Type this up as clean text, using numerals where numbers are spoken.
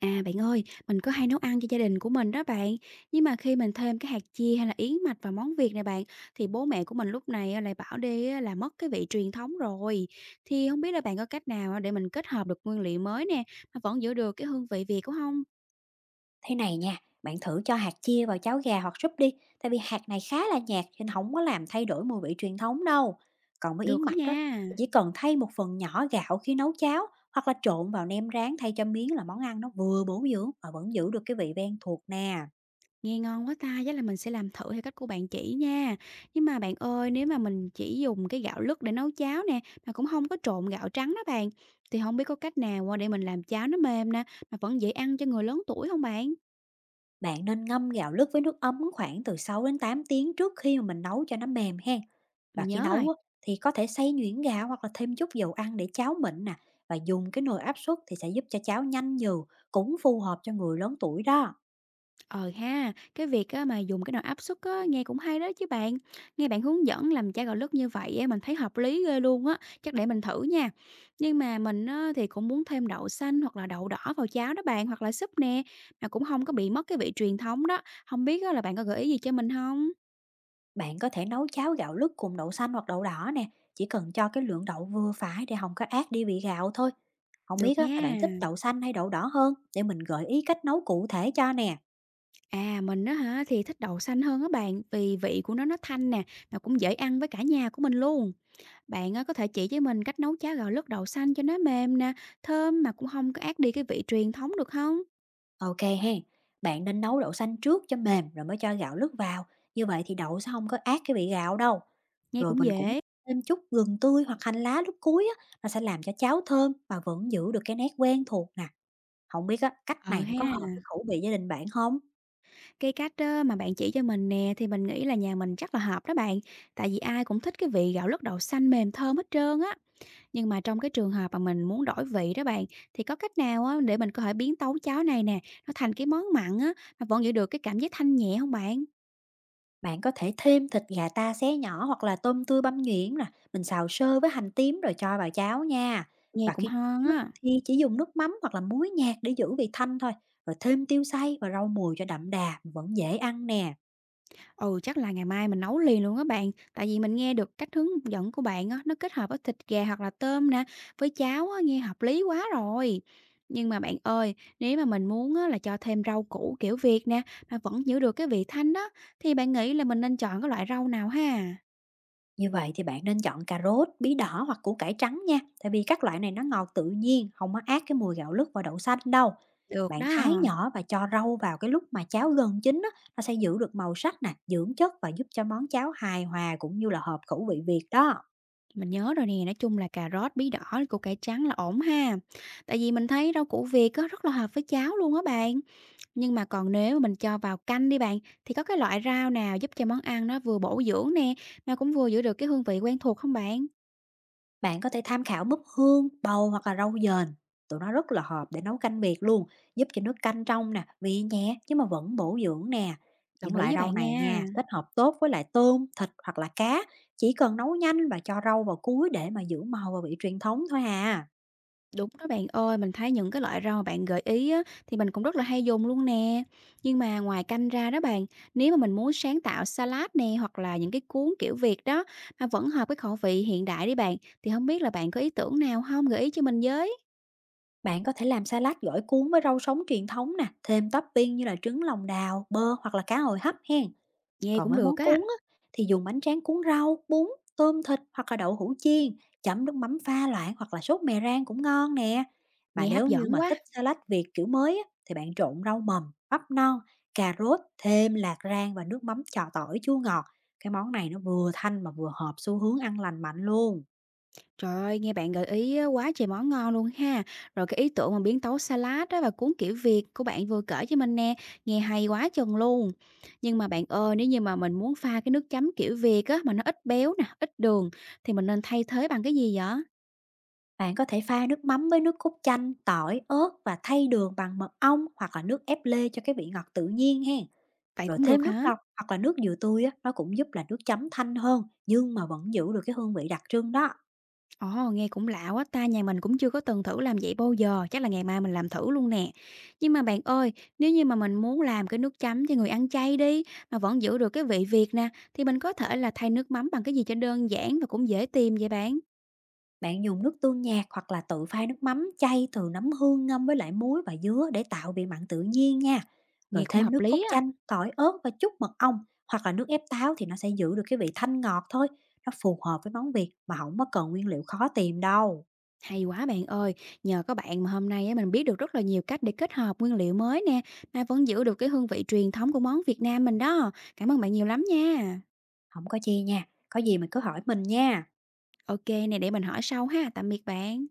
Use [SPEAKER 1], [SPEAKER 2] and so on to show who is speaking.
[SPEAKER 1] À, bạn ơi, mình có hay nấu ăn cho gia đình của mình đó bạn. Nhưng mà khi mình thêm cái hạt chia hay là yến mạch vào món Việt này bạn, thì bố mẹ của mình lúc này á, lại bảo đi á, là mất cái vị truyền thống rồi. Thì không biết là bạn có cách nào á, để mình kết hợp được nguyên liệu mới nè, mà vẫn giữ được cái hương vị Việt của không?
[SPEAKER 2] Thế này nha, bạn thử cho hạt chia vào cháo gà hoặc súp đi, tại vì hạt này khá là nhạt nên không có làm thay đổi mùi vị truyền thống đâu. Còn với
[SPEAKER 1] Được
[SPEAKER 2] yến
[SPEAKER 1] đó
[SPEAKER 2] mạch đó
[SPEAKER 1] nha.
[SPEAKER 2] chỉ cần thay một phần nhỏ gạo khi nấu cháo hoặc là trộn vào nem rán thay cho miếng là món ăn nó vừa bổ dưỡng mà vẫn giữ được cái vị ven thuộc nè.
[SPEAKER 1] Nghe ngon quá ta, chắc là mình sẽ làm thử theo cách của bạn chỉ nha. Nhưng mà bạn ơi, nếu mà mình chỉ dùng cái gạo lứt để nấu cháo nè, mà cũng không có trộn gạo trắng đó bạn, thì không biết có cách nào để mình làm cháo nó mềm nè, mà vẫn dễ ăn cho người lớn tuổi không bạn?
[SPEAKER 2] Bạn nên ngâm gạo lứt với nước ấm khoảng từ 6 đến 8 tiếng trước khi mà mình nấu cho nó mềm ha.
[SPEAKER 1] Mình
[SPEAKER 2] Và khi
[SPEAKER 1] nhớ
[SPEAKER 2] nấu
[SPEAKER 1] rồi.
[SPEAKER 2] á, thì có thể xay nhuyễn gạo hoặc là thêm chút dầu ăn để cháo mịn nè. Và dùng cái nồi áp suất thì sẽ giúp cho cháo nhanh nhừ, cũng phù hợp cho người lớn tuổi đó.
[SPEAKER 1] Ờ ha, cái việc á mà dùng cái nồi áp suất á nghe cũng hay đó chứ bạn. Nghe bạn hướng dẫn làm chai gạo lứt như vậy á mình thấy hợp lý ghê luôn á, chắc để mình thử nha. Nhưng mà mình á thì cũng muốn thêm đậu xanh hoặc là đậu đỏ vào cháo đó bạn, hoặc là súp nè, mà cũng không có bị mất cái vị truyền thống đó. Không biết á là bạn có gợi ý gì cho mình không?
[SPEAKER 2] Bạn có thể nấu cháo gạo lứt cùng đậu xanh hoặc đậu đỏ nè, chỉ cần cho cái lượng đậu vừa phải để không có át đi vị gạo thôi. Không biết
[SPEAKER 1] Được
[SPEAKER 2] á, là
[SPEAKER 1] nha.
[SPEAKER 2] bạn thích đậu xanh hay đậu đỏ hơn để mình gợi ý cách nấu cụ thể cho nè.
[SPEAKER 1] À mình á hả thì thích đậu xanh hơn á bạn, vì vị của nó thanh nè, mà cũng dễ ăn với cả nhà của mình luôn. Bạn á, có thể chỉ với mình cách nấu cháo gạo lứt đậu xanh cho nó mềm nè, thơm mà cũng không có át đi cái vị truyền thống được không?
[SPEAKER 2] Ok hen, bạn nên nấu đậu xanh trước cho mềm rồi mới cho gạo lứt vào. Như vậy thì đậu sẽ không có át cái vị gạo đâu.
[SPEAKER 1] Nghe
[SPEAKER 2] Rồi
[SPEAKER 1] cũng
[SPEAKER 2] mình cũng
[SPEAKER 1] dễ.
[SPEAKER 2] thêm chút gừng tươi hoặc hành lá lúc cuối á, nó sẽ làm cho cháo thơm mà vẫn giữ được cái nét quen thuộc nè. Không biết á, cách
[SPEAKER 1] Ờ
[SPEAKER 2] này nó có hợp
[SPEAKER 1] ha,
[SPEAKER 2] với khẩu vị gia đình bạn không?
[SPEAKER 1] cái cách á, mà bạn chỉ cho mình nè thì mình nghĩ là nhà mình chắc là hợp đó bạn. Tại vì ai cũng thích cái vị gạo lứt đậu xanh mềm thơm hết trơn á. Nhưng mà trong cái trường hợp mà mình muốn đổi vị đó bạn thì có cách nào á, để mình có thể biến tấu cháo này nè nó thành cái món mặn á mà vẫn giữ được cái cảm giác thanh nhẹ không bạn?
[SPEAKER 2] Bạn có thể thêm thịt gà ta xé nhỏ hoặc là tôm tươi băm nhuyễn nè, mình xào sơ với hành tím rồi cho vào cháo nha.
[SPEAKER 1] Nghe
[SPEAKER 2] Và
[SPEAKER 1] cũng
[SPEAKER 2] khi
[SPEAKER 1] ngon
[SPEAKER 2] nấu á,
[SPEAKER 1] á.
[SPEAKER 2] thì chỉ dùng nước mắm hoặc là muối nhạt để giữ vị thanh thôi, rồi thêm tiêu xay và rau mùi cho đậm đà, vẫn dễ ăn nè.
[SPEAKER 1] Ừ, chắc là ngày mai mình nấu liền luôn á bạn. Tại vì mình nghe được cách hướng dẫn của bạn á, nó kết hợp với thịt gà hoặc là tôm nè, với cháo á, nghe hợp lý quá rồi. Nhưng mà bạn ơi, nếu mà mình muốn á, là cho thêm rau củ kiểu Việt nè, mà vẫn giữ được cái vị thanh đó, thì bạn nghĩ là mình nên chọn cái loại rau nào ha?
[SPEAKER 2] Như vậy thì bạn nên chọn cà rốt, bí đỏ hoặc củ cải trắng nha, tại vì các loại này nó ngọt tự nhiên, không có át cái mùi gạo lứt và đậu xanh đâu.
[SPEAKER 1] Được
[SPEAKER 2] Bạn thái
[SPEAKER 1] đó.
[SPEAKER 2] nhỏ và cho rau vào cái lúc mà cháo gần chín á, nó sẽ giữ được màu sắc nè, dưỡng chất và giúp cho món cháo hài hòa cũng như là hợp khẩu vị Việt đó.
[SPEAKER 1] Mình nhớ rồi nè, nói chung là cà rốt, bí đỏ, củ cải trắng là ổn ha. Tại vì mình thấy rau củ Việt á, rất là hợp với cháo luôn á bạn. Nhưng mà còn nếu mà mình cho vào canh đi bạn, thì có cái loại rau nào giúp cho món ăn nó vừa bổ dưỡng nè, mà cũng vừa giữ được cái hương vị quen thuộc không bạn?
[SPEAKER 2] Bạn có thể tham khảo búp hương, bầu hoặc là rau dền. Tụi nó rất là hợp để nấu canh Việt luôn, giúp cho nước canh trong nè, vị nhẹ chứ mà vẫn bổ dưỡng nè.
[SPEAKER 1] Đồng
[SPEAKER 2] Những
[SPEAKER 1] ý
[SPEAKER 2] loại
[SPEAKER 1] với
[SPEAKER 2] rau
[SPEAKER 1] bạn
[SPEAKER 2] này nha,
[SPEAKER 1] nha.
[SPEAKER 2] kết hợp tốt với lại tôm, thịt hoặc là cá. Chỉ cần nấu nhanh và cho rau vào cuối để mà giữ màu và vị truyền thống thôi à.
[SPEAKER 1] Đúng đó bạn ơi, mình thấy những cái loại rau mà bạn gợi ý á, thì mình cũng rất là hay dùng luôn nè. Nhưng mà ngoài canh ra đó bạn, nếu mà mình muốn sáng tạo salad nè hoặc là những cái cuốn kiểu Việt đó mà vẫn hợp cái khẩu vị hiện đại đi bạn, thì không biết là bạn có ý tưởng nào không gợi ý cho mình với?
[SPEAKER 2] Bạn có thể làm salad gỏi cuốn với rau sống truyền thống nè, thêm topping như là trứng lòng đào, bơ hoặc là cá hồi hấp hen.
[SPEAKER 1] Nghe
[SPEAKER 2] Còn
[SPEAKER 1] cũng
[SPEAKER 2] với
[SPEAKER 1] được
[SPEAKER 2] món
[SPEAKER 1] á,
[SPEAKER 2] cuốn á, thì dùng bánh tráng cuốn rau, bún, tôm thịt hoặc là đậu hũ chiên, chấm nước mắm pha loãng hoặc là sốt mè rang cũng ngon nè. Mà
[SPEAKER 1] nghe hấp
[SPEAKER 2] nếu như
[SPEAKER 1] dẫn
[SPEAKER 2] mà
[SPEAKER 1] quá.
[SPEAKER 2] thích salad Việt kiểu mới á, thì bạn trộn rau mầm, bắp non, cà rốt, thêm lạc rang và nước mắm chọ tỏi chua ngọt. Cái món này nó vừa thanh mà vừa hợp xu hướng ăn lành mạnh luôn.
[SPEAKER 1] Trời ơi, nghe bạn gợi ý á, quá trời món ngon luôn ha. Rồi cái ý tưởng mà biến tấu salad đó và cuốn kiểu Việt của bạn vừa kể cho mình nè, nghe hay quá chừng luôn. Nhưng mà bạn ơi, nếu như mà mình muốn pha cái nước chấm kiểu Việt á mà nó ít béo nè, ít đường thì mình nên thay thế bằng cái gì vậy?
[SPEAKER 2] Bạn có thể pha nước mắm với nước cốt chanh, tỏi, ớt và thay đường bằng mật ong hoặc là nước ép lê cho cái vị ngọt tự nhiên ha.
[SPEAKER 1] Vậy
[SPEAKER 2] Rồi
[SPEAKER 1] cũng được
[SPEAKER 2] thêm nước
[SPEAKER 1] hả?
[SPEAKER 2] lọc hoặc là nước dừa tươi á, nó cũng giúp là nước chấm thanh hơn nhưng mà vẫn giữ được cái hương vị đặc trưng đó.
[SPEAKER 1] Ồ, nghe cũng lạ quá ta, nhà mình cũng chưa có từng thử làm vậy bao giờ, chắc là ngày mai mình làm thử luôn nè. Nhưng mà bạn ơi, nếu như mà mình muốn làm cái nước chấm cho người ăn chay đi, mà vẫn giữ được cái vị Việt nè, thì mình có thể là thay nước mắm bằng cái gì cho đơn giản và cũng dễ tìm vậy bạn.
[SPEAKER 2] Bạn dùng nước tương nhạt hoặc là tự pha nước mắm chay từ nấm hương ngâm với lại muối và dứa để tạo vị mặn tự nhiên nha.
[SPEAKER 1] Nghe
[SPEAKER 2] Rồi
[SPEAKER 1] cũng
[SPEAKER 2] thêm
[SPEAKER 1] hợp
[SPEAKER 2] nước cốt
[SPEAKER 1] lý á.
[SPEAKER 2] chanh, tỏi ớt và chút mật ong hoặc là nước ép táo thì nó sẽ giữ được cái vị thanh ngọt thôi. Nó phù hợp với món Việt mà không có cần nguyên liệu khó tìm đâu.
[SPEAKER 1] Hay quá bạn ơi, nhờ có bạn mà hôm nay á, mình biết được rất là nhiều cách để kết hợp nguyên liệu mới nè, mà vẫn giữ được cái hương vị truyền thống của món Việt Nam mình đó. Cảm ơn bạn nhiều lắm nha.
[SPEAKER 2] Không có chi nha, có gì mình cứ hỏi mình nha.
[SPEAKER 1] Ok nè, để mình hỏi sau ha, tạm biệt bạn.